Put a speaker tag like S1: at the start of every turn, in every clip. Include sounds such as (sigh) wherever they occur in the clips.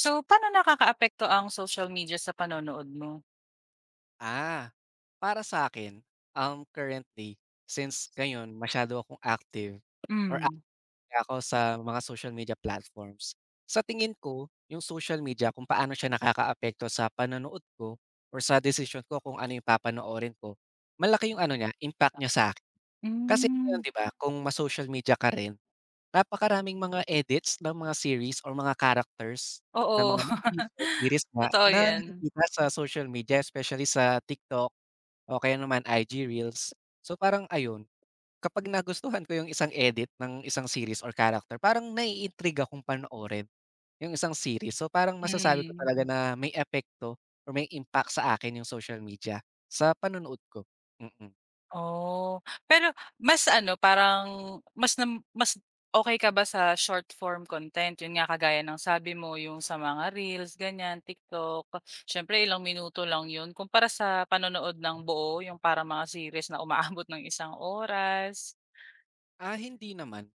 S1: So, paano nakakaapekto ang social media sa panonood mo?
S2: Ah, para sa akin, currently, since ngayon masyado akong active or
S1: Hmm,
S2: active ako sa mga social media platforms. Sa tingin ko, yung social media kung paano siya nakakaapekto sa panonood ko or sa decision ko kung ano yung papanoorin ko, malaki yung ano niya, impact niya sa akin. Kasi ngayon
S1: hmm,
S2: 'di ba, kung ma-social media ka rin, napakaraming mga edits ng mga series or mga characters ng
S1: oo.
S2: mga movies or
S1: (laughs)
S2: series nga
S1: Totoo
S2: na
S1: 'yan,
S2: nakikita sa social media, especially sa TikTok o kaya naman IG Reels. So, parang ayun, kapag nagustuhan ko yung isang edit ng isang series or character, parang naiintriga akong panoorin yung isang series. So, parang masasabi ko
S1: mm.
S2: talaga na may epekto or may impact sa akin yung social media sa panonood ko. Mm.
S1: Oh, pero mas ano, parang mas okay ka ba sa short form content? 'Yun nga kagaya ng sabi mo, yung sa mga reels ganyan TikTok, siyempre ilang minuto lang 'yun kumpara sa panonood ng buo, yung parang mga series na umaabot ng isang oras.
S2: Ah, hindi naman.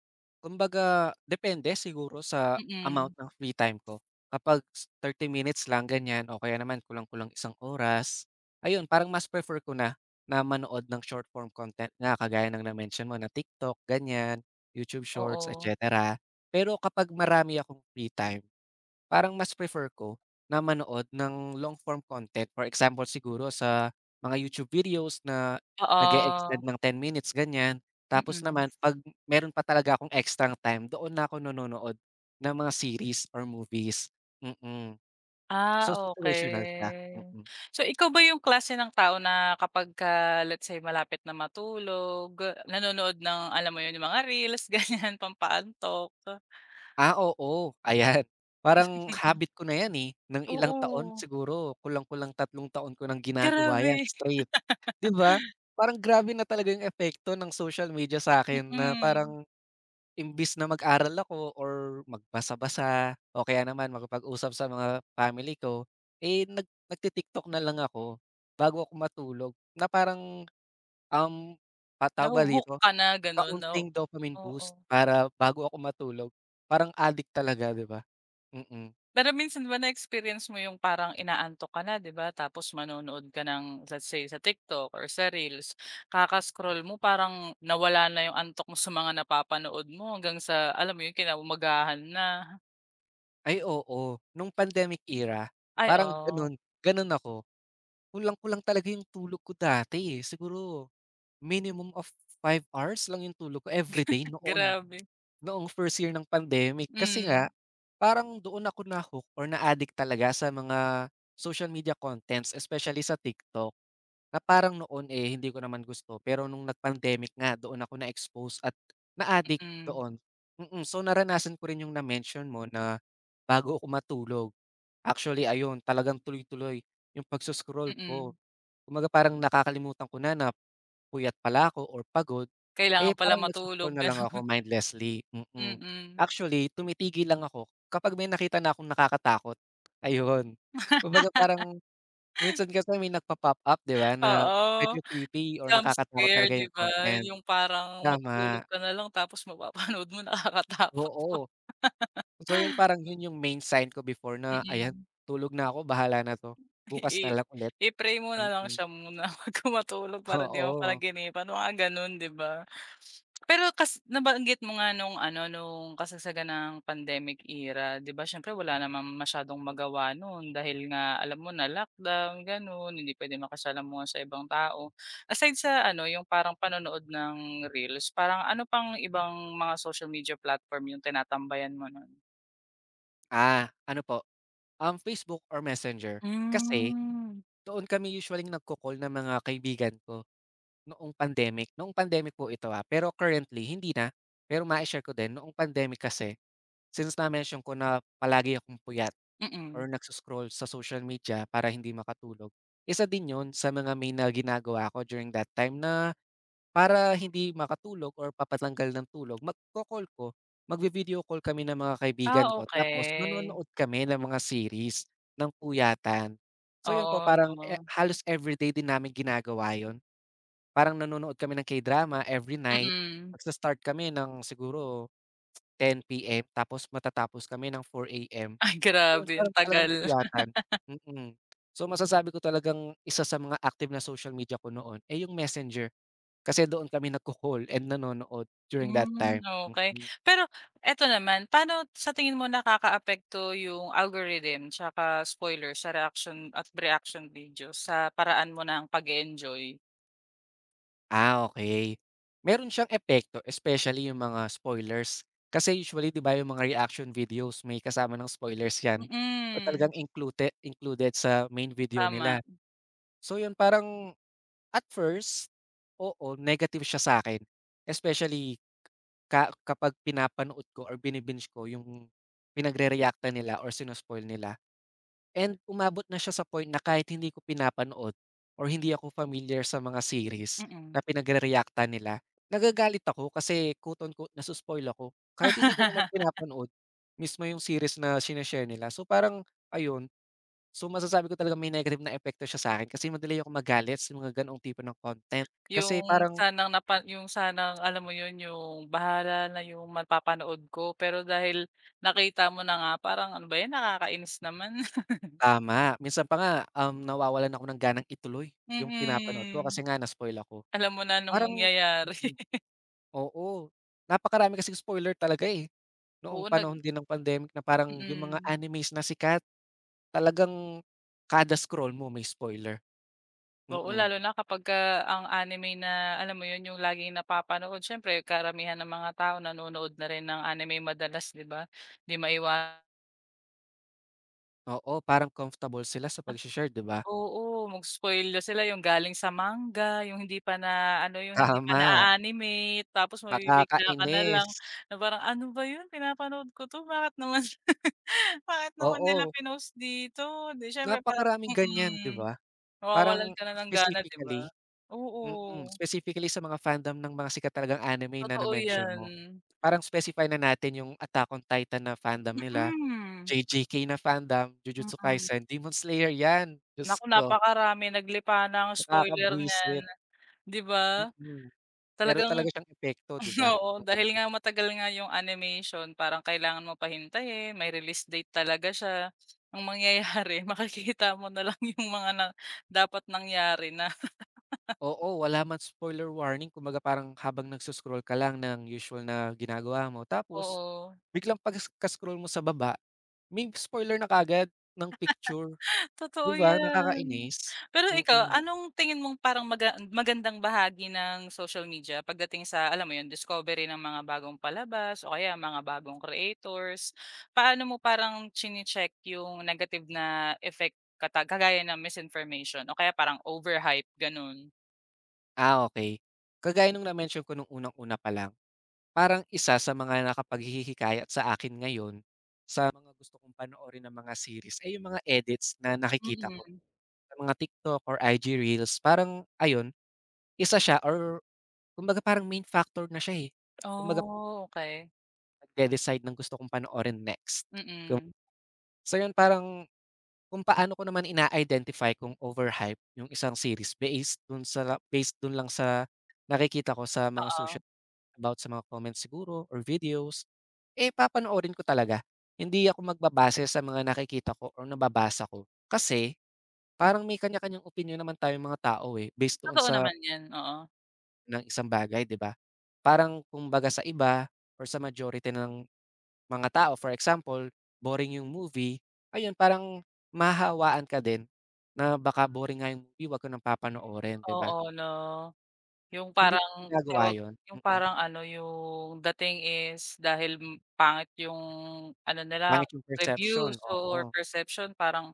S2: Kumbaga depende siguro sa amount
S1: Mm,
S2: ng free time ko. Kapag 30 minutes lang ganyan o kaya naman kulang-kulang isang oras, ayun parang mas prefer ko na na manood ng short form content nga kagaya ng na-mention mo na TikTok, ganyan, YouTube Shorts, et
S1: oo.
S2: cetera. Pero kapag marami akong free time, parang mas prefer ko na manood ng long form content. For example siguro sa mga YouTube videos na nag extend
S1: Oo,
S2: ng 10 minutes ganyan. Tapos
S1: mm.
S2: naman 'pag meron pa talaga akong extrang time doon na ako nanonood ng mga series or movies, mm.
S1: Ah,
S2: So situational siya,
S1: okay.
S2: mm.
S1: So, ikaw ba yung klase ng tao na kapagka, let's say, malapit na matulog, nanonood ng alam mo yun, yung mga reels (laughs) ganyan, pampaantok?
S2: Ah, oo, ayan. Parang habit ko na 'yan, eh, ng ilang taon
S1: Oo,
S2: siguro, kulang-kulang 3 taon ko ng ginagawa 'yan
S1: grabe.
S2: straight. 'Di ba? Parang grabe na talaga yung epekto ng social media sa akin na
S1: Mm.
S2: parang imbis na mag-aral ako or magbasa-basa o kaya naman makipag-usap sa mga family ko, eh, nagti-TikTok na lang ako bago ako matulog na parang, um, ah, tawag ba
S1: Naho-hook
S2: dito,
S1: ka na ganun, no?
S2: kaunting dopamine
S1: Oo.
S2: boost para bago ako matulog. Parang addict talaga, 'di ba? Mm.
S1: Pero minsan ba na-experience mo yung parang inaantok ka na 'di ba tapos manonood ka ng, let's say, sa TikTok or sa reels, kaka-scroll mo parang nawala na yung antok mo sa mga napapanood mo hanggang sa alam mo yun kinaumagahan na.
S2: Ay oo, nung pandemic era
S1: Ay,
S2: parang
S1: oo,
S2: gano'n, gano'n ako. Kulang-kulang talaga yung tulog ko dati, eh. Siguro minimum of 5 hours lang yung tulog ko everyday
S1: (laughs)
S2: noon,
S1: grabe.
S2: noong first year ng pandemic. Kasi
S1: Hmm,
S2: nga parang doon ako na-hook or na-addict talaga sa mga social media contents, especially sa TikTok. Na parang noon, eh, hindi ko naman gusto pero nung nag-pandemic nga doon ako na-expose at na-addict
S1: mm,
S2: doon. Mm, so naranasan ko rin yung na-mention mo na bago ako matulog, actually ayun talagang tuloy-tuloy yung pagso ko.
S1: mm.
S2: Kumbaga parang nakakalimutan ko na na puyat pala ako or pagod, eh,
S1: Kailangan pala
S2: parang nagso
S1: matulog
S2: na lang
S1: gano'n,
S2: ako mindlessly, mm.
S1: mm.
S2: Actually tumitigil lang ako kapag may nakita na akong nakakatakot, ayun. Kumbaga
S1: (laughs)
S2: parang, minsan kasi may nagpa-pop up 'di ba na
S1: Oo,
S2: medyo creepy or
S1: jump
S2: nakakatakot
S1: scare
S2: talaga
S1: 'di
S2: yung
S1: ba,
S2: content.
S1: yung parang matutulog
S2: Tama,
S1: ka na lang tapos mapapanood mo (laughs) nakakatakot pa,
S2: oo. So yun parang yun yung main sign ko before na ayan,
S1: mm.
S2: tulog na ako bahala na 'to, bukas
S1: I
S2: na lang ulit.
S1: i-pray mo na lang
S2: Mm,
S1: siya muna (laughs) bago matulog
S2: (laughs)
S1: para 'di mo
S2: oo.
S1: mapanagipan, mga gano'n, 'di ba? Pero kas nabanggit mo nga nung ano, nung kasagsagan ng pandemic era, 'di ba siyempre wala naman masyadong magawa no'n dahil nga alam mo na lockdown, ganun hindi puwedeng makisalamuha sa ibang tao. Aside sa ano, yung parang panonood ng reels, parang ano pang ibang mga social media platform yung tinatambayan mo no'n?
S2: Ah, ano po, Facebook or Messenger. Kasi
S1: Hmm,
S2: doon kami usually nagko-call ng mga kaibigan ko noong pandemic. Noong pandemic po ito, ah, pero currently hindi na. Pero mai-share ko din noong pandemic kasi since na-mention ko na palagi akong puyat.
S1: mm.
S2: Or nagsuscroll sa social media para hindi makatulog. Isa din 'yun sa mga main na ginagawa ko during that time na para hindi makatulog or papatanggal ng tulog magko-call ko, magvi-video call kami ng mga kaibigan
S1: Ah,
S2: ko tapos
S1: okay.
S2: manonood kami ng mga series, ng puyatan. So 'yun po
S1: Oo
S2: parang,
S1: 'no,
S2: eh, halos everyday din namin ginagawa 'yun. Parang nanonood kami ng K-drama every night.
S1: mm.
S2: Magsa-start kami ng siguro 10:00 PM tapos matatapos kami ng 4:00 AM.
S1: Ay
S2: Ayun,
S1: grabe, ang
S2: parang talagang
S1: tagal.
S2: puyatan, mm. So, masasabi ko talagang isa sa mga active na social media ko noon, eh, yung Messenger. Kasi doon kami nagko-call and nanonood during that
S1: Hmm,
S2: time,
S1: okey.
S2: mm.
S1: Pero eto naman, paano sa tingin mo nakakaapekto yung algorithm tsaka spoiler sa reaction at reaction videos sa paraan mo ng pag-e-enjoy?
S2: Ah, okey. Meron siyang epekto especially yung mga spoilers. Kasi usually 'di ba yung mga reaction videos may kasama ng spoilers 'yan or
S1: Mm,
S2: talagang included included sa main video
S1: tama,
S2: nila. So, yun parang at first, oo, negative siya sa'kin, especially kapag pinapanood ko or bini ko yung pinagre-reactan nila or sino-spoil nila and umabot na siya sa point na kahit hindi ko pinapanood or hindi ako familiar sa mga series
S1: mm.
S2: na pinagre-reactan nila, nagagalit ako kasi quote unquote naso-spoil ako kahit hindi ko naman
S1: (laughs)
S2: pinapanood mismo yung series na shine-share nila. So, parang ayun, so masasabi ko talagang may negative na epekto siya sa'kin kasi madali akong magalit sa mga ganoong tipo ng content kasi
S1: Yung
S2: parang.
S1: sanang napa, yung sanang alam mo yun, yung bahala na yung mapapanood ko, pero dahil nakita mo na nga parang, "Ano ba 'yan, nakakainis naman." (laughs)
S2: Tama, minsan pa nga, nawawalan ako ng ganang ituloy yung pinapanood ko kasi
S1: Mm.
S2: nga na-spoil ako.
S1: Alam mo na anong
S2: Parang
S1: mangyayari.
S2: mm,
S1: (laughs)
S2: oo, napakarami kasing spoiler talaga, eh, noong
S1: Oo,
S2: panahon din ng pandemic na parang yung mga
S1: mm.
S2: animes na sikat talagang kada scroll mo may spoiler,
S1: Oo,
S2: mm.
S1: lalo na kapagka ang anime na alam mo 'yun, yung laging napapanood, siyempre karamihan ng mga tao nanonood na rin ng anime madalas, 'di ba? 'Di maiwa
S2: Oo, parang comfortable sila sa pag share 'di ba?
S1: Oo, mag-spoil na sila yung galing sa manga, yung hindi pa na ano, yung hindi pa na
S2: Tama,
S1: animate tapos mabibigla ka na
S2: nakakainis.
S1: lang na parang, "Ano ba 'yun, pinapanood ko 'to, bakit naman (laughs) bakit naman nila
S2: Oo,
S1: pinost dito?" 'Di siyempre parang
S2: napakaraming ganyan, 'di
S1: mm.
S2: ba?
S1: Nawawalan
S2: Parang
S1: ka na ng gana, 'di ba?
S2: specifically Mm,
S1: Oo,
S2: specifically sa mga fandom ng mga sikat talagang anime na
S1: totoo
S2: na-mention
S1: 'yan.
S2: mo. Parang specify na natin yung Attack on Titan na fandom nila,
S1: Mm,
S2: JJK na fandom, Jujutsu
S1: mm.
S2: Kaisen, Demon Slayer 'yan, Diyos
S1: Naku,
S2: ko,
S1: napakarami naglipa na ang spoiler niyan,
S2: nakakabwisit,
S1: 'di ba?
S2: mm. Pero
S1: Talagang
S2: talaga siyang epekto 'di ba?
S1: (laughs) oo,
S2: Mm.
S1: dahil nga matagal nga 'yung animation parang kailangan mo pa hintayin, may release date talaga siya. Ang mangyayari (laughs) makikita mo na lang 'yung mga na dapat nangyari na, (laughs)
S2: Oo, wala man spoiler warning kumbaga parang habang nagsuscroll scroll ka lang ng usual na ginagawa mo tapos
S1: oo.
S2: biglang pagkas scroll mo sa baba, may spoiler na kagad ng picture,
S1: Totoo
S2: 'di ba
S1: 'yan.
S2: nakakainis?
S1: Pero ikaw,
S2: Mm.
S1: anong tingin mong parang magandang bahagi ng social media pagdating sa alam mo 'yun, discovery ng mga bagong palabas o kaya mga bagong creators? Paano mo parang chini check yung negative na effect kagaya ng misinformation o kaya parang overhype, gano'n?
S2: Ah, okay. Kagaya nung na-mention ko nung unang-una pa lang, parang isa sa mga nakapaghihi sa akin ngayon, sa mga gusto kong panoorin na mga series ay yung mga edits na nakikita ko,
S1: Mm.
S2: sa mga TikTok or IG reels. Parang ayun, isa siya or kumbaga parang main factor na siya, eh. Kumbaga
S1: Oh, okey.
S2: nagde-decide ng gusto kong panoorin next. Kum
S1: Mm.
S2: so yun parang, kung paano ko naman ina-identify kung overhype yung isang series based dun lang sa nakikita ko sa mga social
S1: Oo.
S2: about sa mga comments siguro or videos, eh, papanoorin ko talaga. Hindi ako magbabase sa mga nakikita ko or nababasa ko. Kasi parang may kanya-kanyang opinyon naman tayong mga tao, eh, based doon
S1: Totoo
S2: sa
S1: naman 'yan, oo.
S2: ng isang bagay, 'di ba? Parang kumbaga sa iba or sa majority ng mga tao. For example, boring yung movie, ayun parang mahahawaan ka din na baka boring nga yung movie, 'wag ko nang papanoorin, 'di ba?
S1: Oo 'no. Yung
S2: Hindi mo
S1: parang
S2: ginagawa
S1: tawag,
S2: yun,
S1: yung
S2: mm.
S1: parang ano, yung dating is dahil pangit yung ano nila,
S2: Pangit yung perception,
S1: reviews
S2: oo.
S1: or perception, parang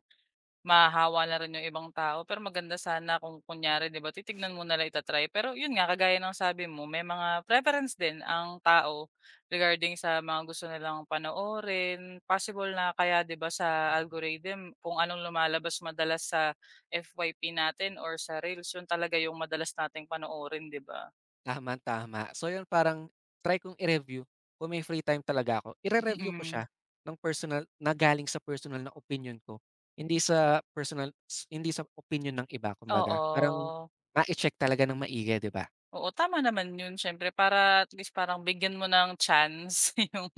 S1: mahahawa na rin yung ibang tao. Pero maganda sana kung kunyari 'di ba, titignan mo na itatry. Pero yun nga, kagaya ng sabi mo, may mga preference din ang tao regarding sa mga gusto nilang panoorin. Possible na kaya 'di ba, sa algorithm kung anong lumalabas madalas sa FYP natin or sa reels, yun talaga yung madalas nating panoorin, 'di ba?
S2: Tama, tama. So yun parang try kong i-review kung may free time talaga ako, ire-review ko
S1: Mm,
S2: siya ng personal na galing sa personal na opinion ko. Hindi sa opinion ng iba kumbaga. Parang
S1: oo.
S2: ma check talaga ng maigi, 'di ba?
S1: Oo, tama naman yun, siyempre para at least parang bigyan mo ng chance (laughs) yung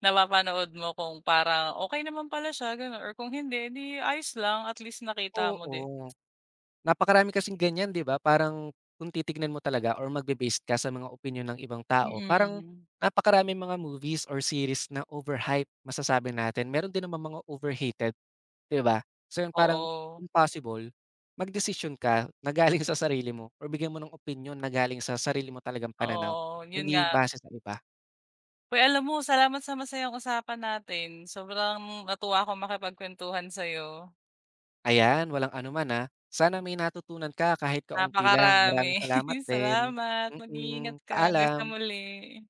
S1: napapanood mo kung parang okay naman pala siya gano'n, or kung hindi, eh, di ayos lang, at least nakita mo din.
S2: Oo. Napakarami kasing ganyan, 'di ba? Parang kung titignan mo talaga or magbe-based ka sa mga opinyon ng ibang tao, parang
S1: Mm,
S2: napakaraming mga movies or series na overhype, masasabi natin. Meron din naman mga overhated, 'di ba? So, yun parang
S1: oo,
S2: impossible magdesisyon ka na galing sa sarili mo or bigyan mo ng opinyon na galing sa sarili mo talagang pananaw,
S1: oo, yun nga.
S2: hindi base sa iba.
S1: Uy, alam mo, salamat sa masayang usapan natin. Sobrang natuwa akong makipagkuwentuhan sa'yo.
S2: Ayan, walang anuman, ah. Sana may natutunan ka kahit kaunti lang.
S1: Napakarami.
S2: Maraming salamat
S1: (laughs)
S2: din.
S1: Salamat, mag-iingat
S2: Mm,
S1: ka hanggang sa
S2: paalam.
S1: muli.